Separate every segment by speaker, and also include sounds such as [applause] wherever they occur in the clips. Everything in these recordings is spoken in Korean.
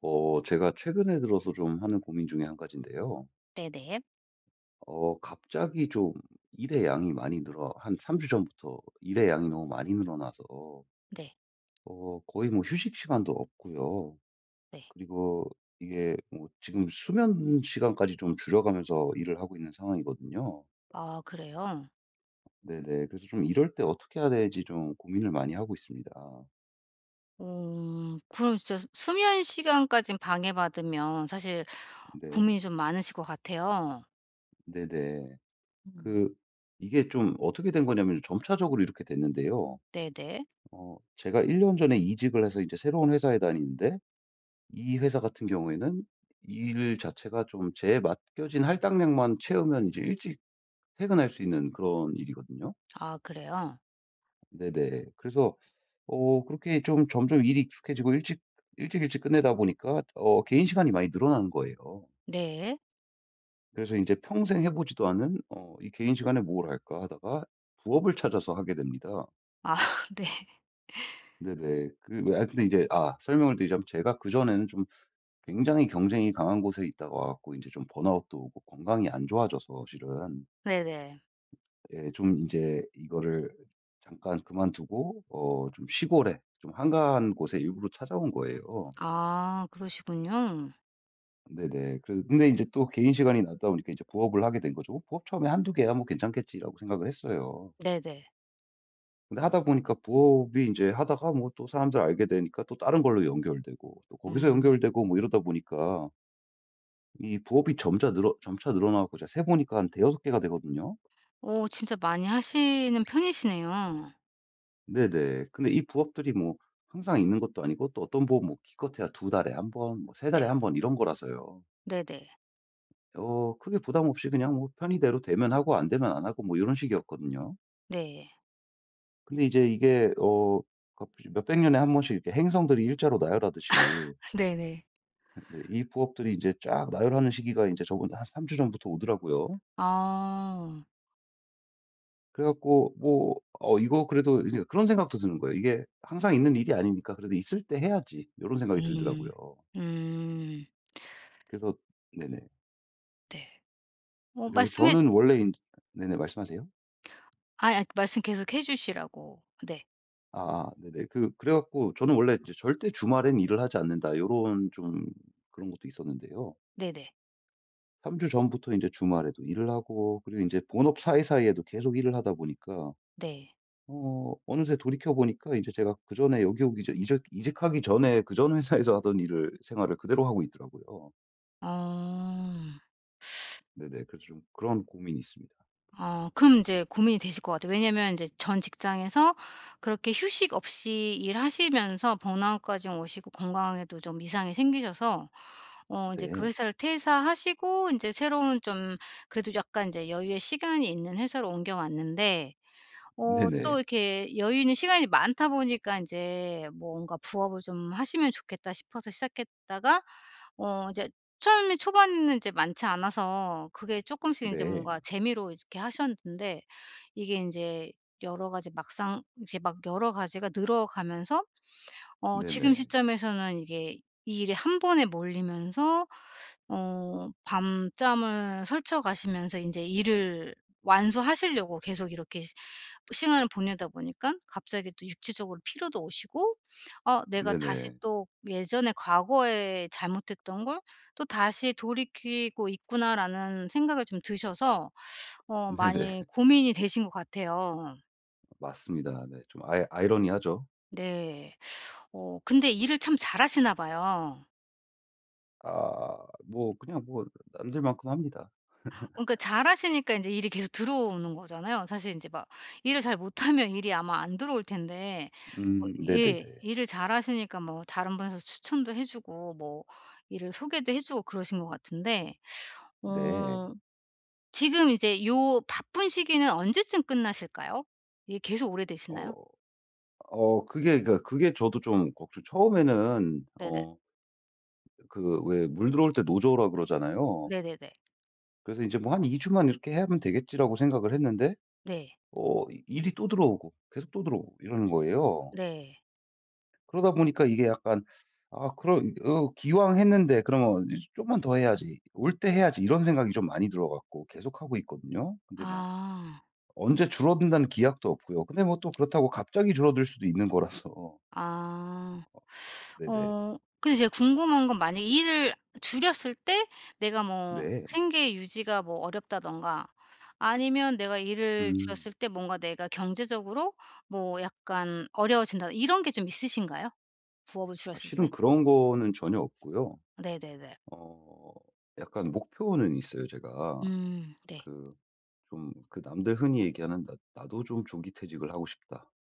Speaker 1: 제가 최근에 들어서 좀 하는 고민 중에 한 가지인데요.
Speaker 2: 네네.
Speaker 1: 갑자기 좀 일의 양이 많이 늘어, 한 3주 전부터 일의 양이 너무 많이 늘어나서,
Speaker 2: 네.
Speaker 1: 거의 뭐 휴식 시간도 없고요.
Speaker 2: 네.
Speaker 1: 그리고 이게 뭐 지금 수면 시간까지 좀 줄여가면서 일을 하고 있는 상황이거든요.
Speaker 2: 아 그래요?
Speaker 1: 네네. 그래서 좀 이럴 때 어떻게 해야 될지 좀 고민을 많이 하고 있습니다.
Speaker 2: 그럼 진짜 수면 시간까지 방해받으면 사실
Speaker 1: 네.
Speaker 2: 고민이 좀 많으실 것 같아요.
Speaker 1: 네네.
Speaker 2: 음
Speaker 1: 그, 이게 좀 어떻게 된 거냐면 점차적으로 이렇게 됐는데요.
Speaker 2: 네네.
Speaker 1: 제가 1년 전에 이직을 해서 이제 새로운 회사에 다니는데 이 회사 같은 경우에는 일 자체가 좀 제 맡겨진 할당량만 채우면 이제 일찍 퇴근할 수 있는 그런 일이거든요.
Speaker 2: 아 그래요?
Speaker 1: 네네. 그래서 그렇게 좀 점점 일이 익숙해지고 일찍 끝내다 보니까 개인 시간이 많이 늘어나는 거예요.
Speaker 2: 네.
Speaker 1: 그래서 이제 평생 해 보지도 않은 '이 개인 시간에 뭘 할까?' 하다가 부업을 찾아서 하게 됩니다.
Speaker 2: 아 [laughs] 네.
Speaker 1: 네네. 근데 이제 설명을 드리자면 제가 그전에는 좀 굉장히 경쟁이 강한 곳에 있다가 와 갖고 제좀 번아웃도 오고 건강이 안 좋아져서 실은
Speaker 2: 네네.
Speaker 1: 예 좀 이제 이거를 잠깐 그만두고 좀 시골에 좀 한가한 곳에 일부러 찾아온 거예요.
Speaker 2: 아 그러시군요.
Speaker 1: 네네. 그래서 근데 이제 또 개인 시간이 나다 보니까 이제 부업을 하게 된 거죠. '뭐 부업 처음에 한두 개야 뭐 괜찮겠지.'라고 생각을 했어요.
Speaker 2: 네네.
Speaker 1: 근데 하다 보니까 부업이 이제 하다가 뭐 또 사람들 알게 되니까 또 다른 걸로 연결되고 또 거기서
Speaker 2: 음.
Speaker 1: 연결되고 뭐 이러다 보니까 이 부업이 점차 늘어나고 제가 세 보니까 한 대여섯 개가 되거든요.
Speaker 2: 오 진짜 많이 하시는 편이시네요.
Speaker 1: 네네. 근데 이 부업들이 뭐 항상 있는 것도 아니고 또 어떤 부업 뭐 기껏해야 두 달에 한 번 뭐 세 달에
Speaker 2: 네.
Speaker 1: 한 번 이런 거라서요.
Speaker 2: 네네.
Speaker 1: 크게 부담 없이 그냥 뭐 편의대로 되면 하고 안 되면 안 하고 뭐 요런 식이었거든요.
Speaker 2: 네.
Speaker 1: 근데 이제 이게 갑자기 몇백 년에 한 번씩 이렇게 행성들이 일자로 나열하듯이
Speaker 2: [laughs] 네네.
Speaker 1: 네 이 부업들이 이제 쫙 나열하는 시기가 인제 저번 한 3주 전부터 오더라고요.
Speaker 2: 아.
Speaker 1: 그래 갖고 뭐 이거 그래도 이제 그런 생각도 드는 거예요. '이게 항상 있는 일이 아니니까 그래도 있을 때 해야지.' 요런 생각이 들더라고요.
Speaker 2: 음. 음.
Speaker 1: 그래서 네네.
Speaker 2: 네. 어
Speaker 1: 그래서
Speaker 2: 말씀해
Speaker 1: 저는 원래 인 네네 말씀하세요.
Speaker 2: 아 말씀 계속 해 주시라고. 네.
Speaker 1: 아아 네네. 그 그래 갖고 저는 원래 이제 '절대 주말엔 일을 하지 않는다.' 요런 좀 그런 것도 있었는데요.
Speaker 2: 네네.
Speaker 1: 3주 전부터 인제 주말에도 일을 하고 그리고 인제 본업 사이사이에도 계속 일을 하다 보니까
Speaker 2: 네.
Speaker 1: 어느새 돌이켜 보니까 이제 제가 그전에 여기 오기 전 이직하기 전에 그전 회사에서 하던 일을 생활을 그대로 하고 있더라고요.
Speaker 2: 어.
Speaker 1: 네네. 그래서 좀 그런 고민이 있습니다.
Speaker 2: 그럼 이제 고민이 되실 것 같아요. 왜냐면 이제 전 직장에서 그렇게 휴식 없이 일하시면서 번아웃까지 오시고 건강에도 좀 이상이 생기셔서 어제그
Speaker 1: 네.
Speaker 2: 회사를 퇴사하시고 이제 새로운 좀 그래도 약간 이제 여유의 시간이 있는 회사로 옮겨왔는데 또
Speaker 1: 네네.
Speaker 2: 이렇게 여유 있는 시간이 많다 보니까 이제 뭔가 부업을 좀 하시면 좋겠다 싶어서 시작했다가 이제 처음에 초반에는 이제 많지 않아서 그게 쪼끔씩 인제
Speaker 1: 네.
Speaker 2: 뭔가 재미로 이렇게 하셨는데 이게 인제 여러 가지 막상 이게 막 여러 가지가 늘어가면서 지금
Speaker 1: 네네.
Speaker 2: 시점에서는 이게 이 일이 한 번에 몰리면서 밤잠을 설쳐 가시면서 인제 일을 완수하시려고 계속 이렇게 시간을 보내다 보니까 갑자기 또 육체적으로 피로도 오시고 내가
Speaker 1: 네네.
Speaker 2: 다시
Speaker 1: 네네.
Speaker 2: 또 예전에 과거에 잘못했던 걸 또 다시 돌이키고 있구나라는 생각을 좀 드셔서 많이
Speaker 1: [laughs]
Speaker 2: 고민이 되신 것 같아요.
Speaker 1: 맞습니다. 네. 좀 아이러니하죠.
Speaker 2: 네. 근데 일을 참 잘하시나 봐요.
Speaker 1: 뭐 그냥 뭐 남들만큼 합니다.
Speaker 2: 그러니까 잘하시니까 인제 일이 계속 들어오는 거잖아요. 사실 인제 막 일을 잘 못하면 일이 아마 안 들어올 텐데 예
Speaker 1: 네네네.
Speaker 2: 일을 잘하시니까 뭐 다른 분에서 추천도 해 주고 뭐 일을 소개도 해 주고 그러신 것 같은데
Speaker 1: 네.
Speaker 2: 어 지금 이제 요 바쁜 시기는 언제쯤 끝나실까요? 이게 계속 오래되시나요?
Speaker 1: 어 그게 그러니까 그게 저도 좀 걱정 처음에는
Speaker 2: 네네.
Speaker 1: 그 왜 물 들어올 때 노조라 그러잖아요.
Speaker 2: 네네네.
Speaker 1: 그래서 이제 뭐 한 2 주만 이렇게 하면 되겠지라고 생각을 했는데
Speaker 2: 네.
Speaker 1: 이 일이 또 들어오고 계속 또 들어오고 이러는 거예요.
Speaker 2: 네.
Speaker 1: 그러다 보니까 이게 약간 '아 그럼 어 기왕 했는데 그러면 이제 좀만 더 해야지. 올 때 해야지.' 이런 생각이 좀 많이 들어 갖고 계속하고 있거든요. 근데 뭐
Speaker 2: 아.
Speaker 1: 언제 줄어든다는 기약도 없고요. 근데 뭐 또 그렇다고 갑자기 줄어들 수도 있는 거라서.
Speaker 2: 아.
Speaker 1: [laughs] 네네.
Speaker 2: 근데 제가 궁금한 건 만약에 일을 줄였을 때 내가 뭐
Speaker 1: 네.
Speaker 2: 생계 유지가 뭐 어렵다든가 아니면 내가 일을
Speaker 1: 음.
Speaker 2: 줄였을 때 뭔가 내가 경제적으로 뭐 약간 어려워진다 이런 게 좀 있으신가요? 부업을
Speaker 1: 아
Speaker 2: 줄였을
Speaker 1: 실은
Speaker 2: 때?
Speaker 1: 그런 거는 전혀 없고요.
Speaker 2: 네네네.
Speaker 1: 어 약간 목표는 있어요 제가.
Speaker 2: 네.
Speaker 1: 그 좀 그 남들 흔히 얘기하는 '나 나도 좀 조기퇴직을 하고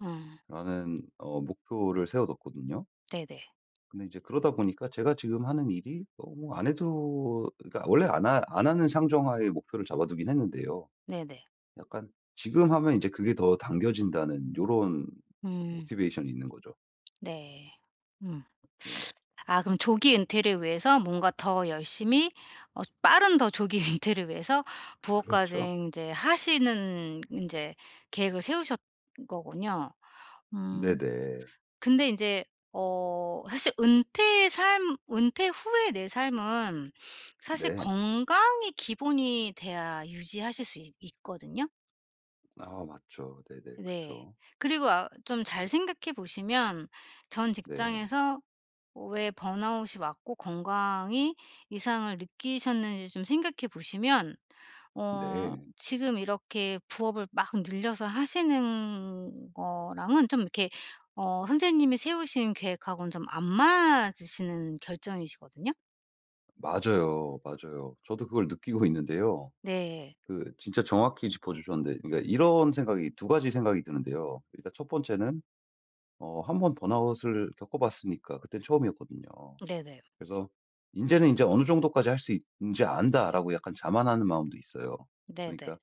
Speaker 2: 어
Speaker 1: 싶다.'라는 목표를 세워뒀거든요.
Speaker 2: 네네.
Speaker 1: 근데 이제 그러다 보니까 제가 지금 하는 일이 너무 안 해도 그러니까 원래 안 하는 상정하에 목표를 잡아두긴 했는데요.
Speaker 2: 네네.
Speaker 1: 약간 지금 하면 이제 그게 더 당겨진다는 요런
Speaker 2: 음.
Speaker 1: 모티베이션이 있는 거죠.
Speaker 2: 네. 음.
Speaker 1: 네네.
Speaker 2: 아 그럼 조기 은퇴를 위해서 뭔가 더 열심히 빠른 더 조기 [laughs] 은퇴를 위해서 부업까지
Speaker 1: 그렇죠.
Speaker 2: 이제 하시는 이제 계획을 세우셨 거군요. 음
Speaker 1: 네네.
Speaker 2: 근데 이제 사실 은퇴 후의 내 삶은 사실
Speaker 1: 네.
Speaker 2: 건강이 기본이 돼야 유지하실 수 있 있거든요.
Speaker 1: 아 맞죠. 네네.
Speaker 2: 네.
Speaker 1: 그쵸.
Speaker 2: 그리고 좀 잘 생각해 보시면 전
Speaker 1: 네.
Speaker 2: 직장에서 왜 번아웃이 왔고 건강이 이상을 느끼셨는지 좀 생각해 보시면
Speaker 1: 네.
Speaker 2: 지금 이렇게 부업을 막 늘려서 하시는 거랑은 좀 이렇게 선생님이 세우신 계획하고는 좀 안 맞으시는 결정이시거든요.
Speaker 1: 맞아요, 맞아요. 저도 그걸 느끼고 있는데요.
Speaker 2: 네.
Speaker 1: 그 진짜 정확히 짚어주셨는데 그러니까 이런 생각이 두 가지 생각이 드는데요. 일단 첫 번째는 한 번 번아웃을 겪어봤으니까 그땐 처음이었거든요.
Speaker 2: 네네.
Speaker 1: 그래서 이제는 이제 어느 정도까지 할 수 있는지 안다.'라고 약간 자만하는 마음도 있어요.
Speaker 2: 네네.
Speaker 1: 그러니까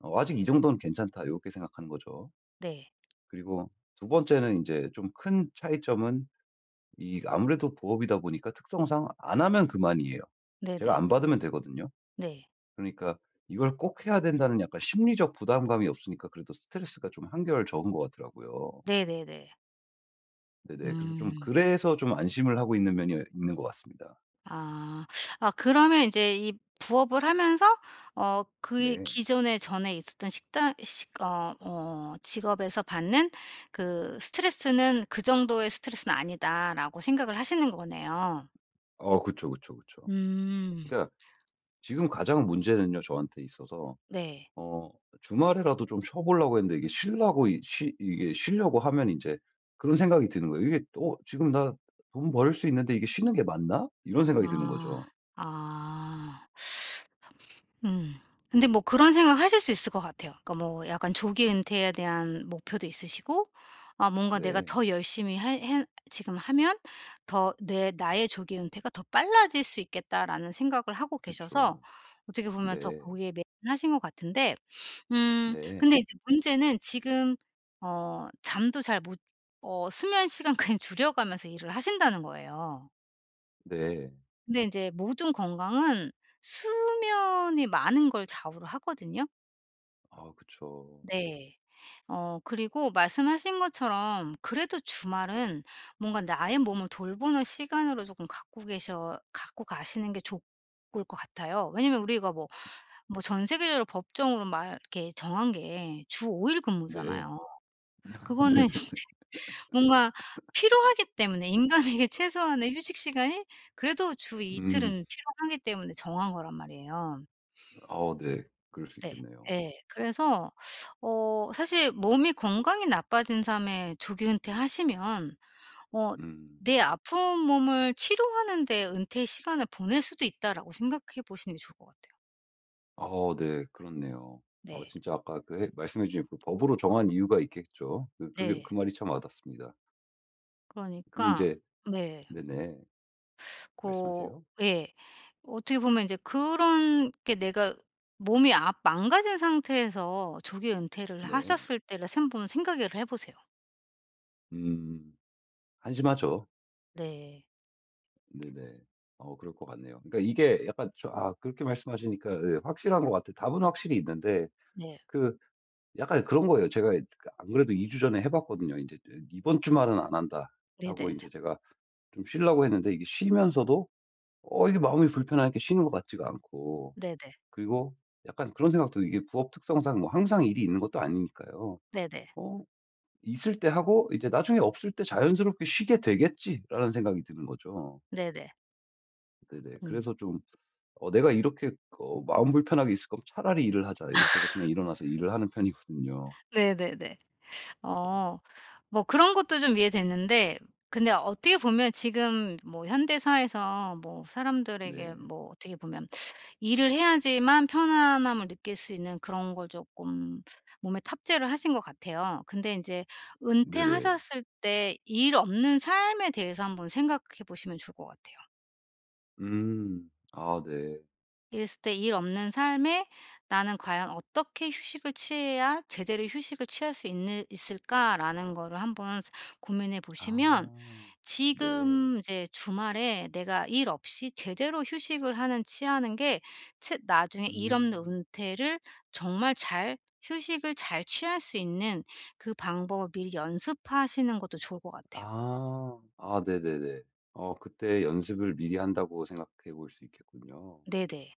Speaker 1: '아직 이 정도는 괜찮다.' 이렇게 생각하는 거죠.
Speaker 2: 네.
Speaker 1: 그리고 두 번째는 이제 좀 큰 차이점은 이 아무래도 부업이다 보니까 특성상 안 하면 그만이에요. 제가
Speaker 2: 네네.
Speaker 1: 안 받으면 되거든요.
Speaker 2: 네.
Speaker 1: 그러니까 이걸 꼭 해야 된다는 약간 심리적 부담감이 없으니까 그래도 스트레스가 좀 한결 적은 것 같더라고요.
Speaker 2: 네네네.
Speaker 1: 네네. 그래서 좀
Speaker 2: 음.
Speaker 1: 그래서 좀 안심을 하고 있는 면이 있는 것 같습니다.
Speaker 2: 아. 아 그러면 이제 이 부업을 하면서 그
Speaker 1: 네.
Speaker 2: 기존에 전에 있었던 식당 식 직업에서 받는 그 '스트레스는 그 정도의 스트레스는 아니다.'라고 생각을 하시는 거네요.
Speaker 1: 그쵸, 그쵸, 그쵸.
Speaker 2: 음.
Speaker 1: 그러니까 지금 가장 문제는요, 저한테 있어서,
Speaker 2: 네.
Speaker 1: 어, 주말에라도 좀 쉬어보려고 했는데 이게 쉬려고 하면 이제 그런 생각이 드는 거예요. 이게 또 지금 나 돈 벌 수 있는데 이게 쉬는 게 맞나? 이런 생각이 드는
Speaker 2: 아.
Speaker 1: 거죠.
Speaker 2: 아. 음. 근데 뭐 그런 생각 하실 수 있을 것 같아요. 그러니까 뭐 약간 조기 은퇴에 대한 목표도 있으시고 아 뭔가 내가
Speaker 1: 네.
Speaker 2: 더 열심히 해 지금 하면 더 내 나의 조기 은퇴가 더 빨라질 수 있겠다라는 생각을 하고 계셔서
Speaker 1: 그쵸.
Speaker 2: 어떻게 보면 더
Speaker 1: 네.
Speaker 2: 거기에 매진하신 것 같은데
Speaker 1: 네.
Speaker 2: 근데 이제 문제는 지금 잠도 잘 못 수면 시간 [laughs] 그냥 줄여가면서 일을 하신다는 거예요.
Speaker 1: 네.
Speaker 2: 근데 인제 모든 건강은 수면이 많은 걸 좌우를 하거든요.
Speaker 1: 아 그쵸.
Speaker 2: 네. 그리고 말씀하신 것처럼 그래도 주말은 뭔가 나의 몸을 돌보는 시간으로 쪼끔 갖고 계셔 갖고 가시는 게 좋을 것 같아요. 왜냐면 우리가 뭐 전 세계적으로 법정으로 막 이렇게 정한 게 주 5일
Speaker 1: 네.
Speaker 2: 근무잖아요.
Speaker 1: [laughs]
Speaker 2: 그거는
Speaker 1: 네네네.
Speaker 2: [laughs] 뭔가 필요하기 때문에 인간에게 최소한의 휴식 시간이 그래도 주
Speaker 1: 음.
Speaker 2: 이틀은 필요하기 때문에 정한 거란 말이에요.
Speaker 1: 아, 네. 그럴 수
Speaker 2: 네.
Speaker 1: 있겠네요.
Speaker 2: 예. 그래서 사실 몸이 건강이 나빠진 삶에 조기 은퇴하시면 어
Speaker 1: 음.
Speaker 2: '내 아픈 몸을 치료하는 데 은퇴의 시간을 보낼 수도 있다.'라고 생각해 보시는 게 좋을 것 같아요.
Speaker 1: 아, 네. 그렇네요.
Speaker 2: 네.
Speaker 1: 진짜 아까 그 해 말씀해 주신 그 법으로 정한 이유가 있겠죠. 그게
Speaker 2: 네.
Speaker 1: 그 말이 참 와닿습니다. 근데
Speaker 2: 그러니까
Speaker 1: 이제
Speaker 2: 네.
Speaker 1: 네네.
Speaker 2: 고
Speaker 1: 말씀하세요.
Speaker 2: 예. 어떻게 보면 이제 그런 게 내가 몸이 망가진 상태에서 조기 은퇴를
Speaker 1: 네.
Speaker 2: 하셨을 때를 생 한번 생각을 해 보세요.
Speaker 1: 음. 한심하죠.
Speaker 2: 네.
Speaker 1: 네네. 그럴 것 같네요. 그러니까 이게 약간 그렇게 말씀하시니까 네, 확실한 것 같아요. 답은 확실히 있는데
Speaker 2: 네.
Speaker 1: 그 약간 그런 거예요. 제가 안 그래도 2주 전에 해 봤거든요. 인제 이 '이번 주말은 안 한다.' 하고
Speaker 2: 네네네.
Speaker 1: 인제 제가 좀 쉬려고 했는데 이게 쉬면서도 이게 마음이 불편하니까 쉬는 것 같지가 않고
Speaker 2: 네네.
Speaker 1: 그리고 약간 그런 생각도 이게 부업 특성상 뭐 항상 일이 있는 것도 아니니까요.
Speaker 2: 네네.
Speaker 1: 어 있을 때 하고 이제 '나중에 없을 때 자연스럽게 쉬게 되겠지.'라는 생각이 드는 거죠.
Speaker 2: 네네.
Speaker 1: 네네.
Speaker 2: 음.
Speaker 1: 그래서 좀 '내가 이렇게 마음 불편하게 있을 거면 차라리 일을 하자.' 이렇게 해서 그냥 일어나서 일을 하는 편이거든요.
Speaker 2: 네네네.
Speaker 1: 네.
Speaker 2: 어 뭐 그런 것도 좀 이해됐는데 근데 어떻게 보면 지금 뭐 현대사회에서 뭐 사람들에게
Speaker 1: 네.
Speaker 2: 뭐 어떻게 보면 일을 해야지만 편안함을 느낄 수 있는 그런 걸 조금 몸에 탑재를 하신 것 같아요. 근데 이제
Speaker 1: 네네.
Speaker 2: 은퇴하셨을 때 일 없는 삶에 대해서 한번 생각해 보시면 좋을 것 같아요.
Speaker 1: 음. 아 네.
Speaker 2: 있을 때 일 없는 삶에 나는 과연 어떻게 휴식을 취해야 제대로 휴식을 취할 수 있는 있을까라는 거를 한번 고민해 보시면
Speaker 1: 아. 네.
Speaker 2: 지금 이제 주말에 내가 일 없이 제대로 휴식을 하는 취하는 게 채 나중에 일 없는
Speaker 1: 음.
Speaker 2: 은퇴를 정말 잘 휴식을 잘 취할 수 있는 그 방법을 미리 연습하시는 것도 좋을 것 같아요.
Speaker 1: 아. 아 네네네. 그때 연습을 미리 한다고 생각해 볼 수 있겠군요.
Speaker 2: 네네.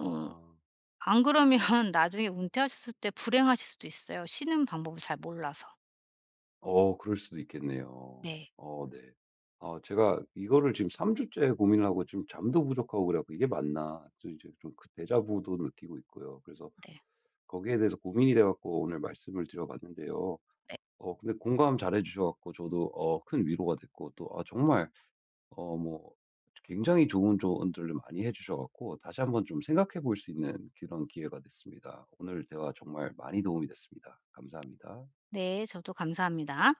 Speaker 2: 음. 안 그러면 [laughs] 나중에 은퇴하셨을 때 불행하실 수도 있어요, 쉬는 방법을 잘 몰라서.
Speaker 1: 그럴 수도 있겠네요.
Speaker 2: 네.
Speaker 1: 어 네. 아 제가 이거를 지금 3 주째 고민을 하고 지금 잠도 부족하고 그래 갖고 '이게 맞나?' 또 이제 좀 그 데자부도 느끼고 있고요. 그래서
Speaker 2: 네.
Speaker 1: 거기에 대해서 고민이 돼 갖고 오늘 말씀을 드려 봤는데요.
Speaker 2: 네.
Speaker 1: 근데 공감 잘해 주셔 갖고 저도 큰 위로가 됐고 또 정말 어 뭐 굉장히 좋은 조언들을 많이 해 주셔 갖고 다시 한번 좀 생각해 볼 수 있는 그런 기회가 됐습니다. 오늘 대화 정말 많이 도움이 됐습니다. 감사합니다.
Speaker 2: 네. 저도 감사합니다.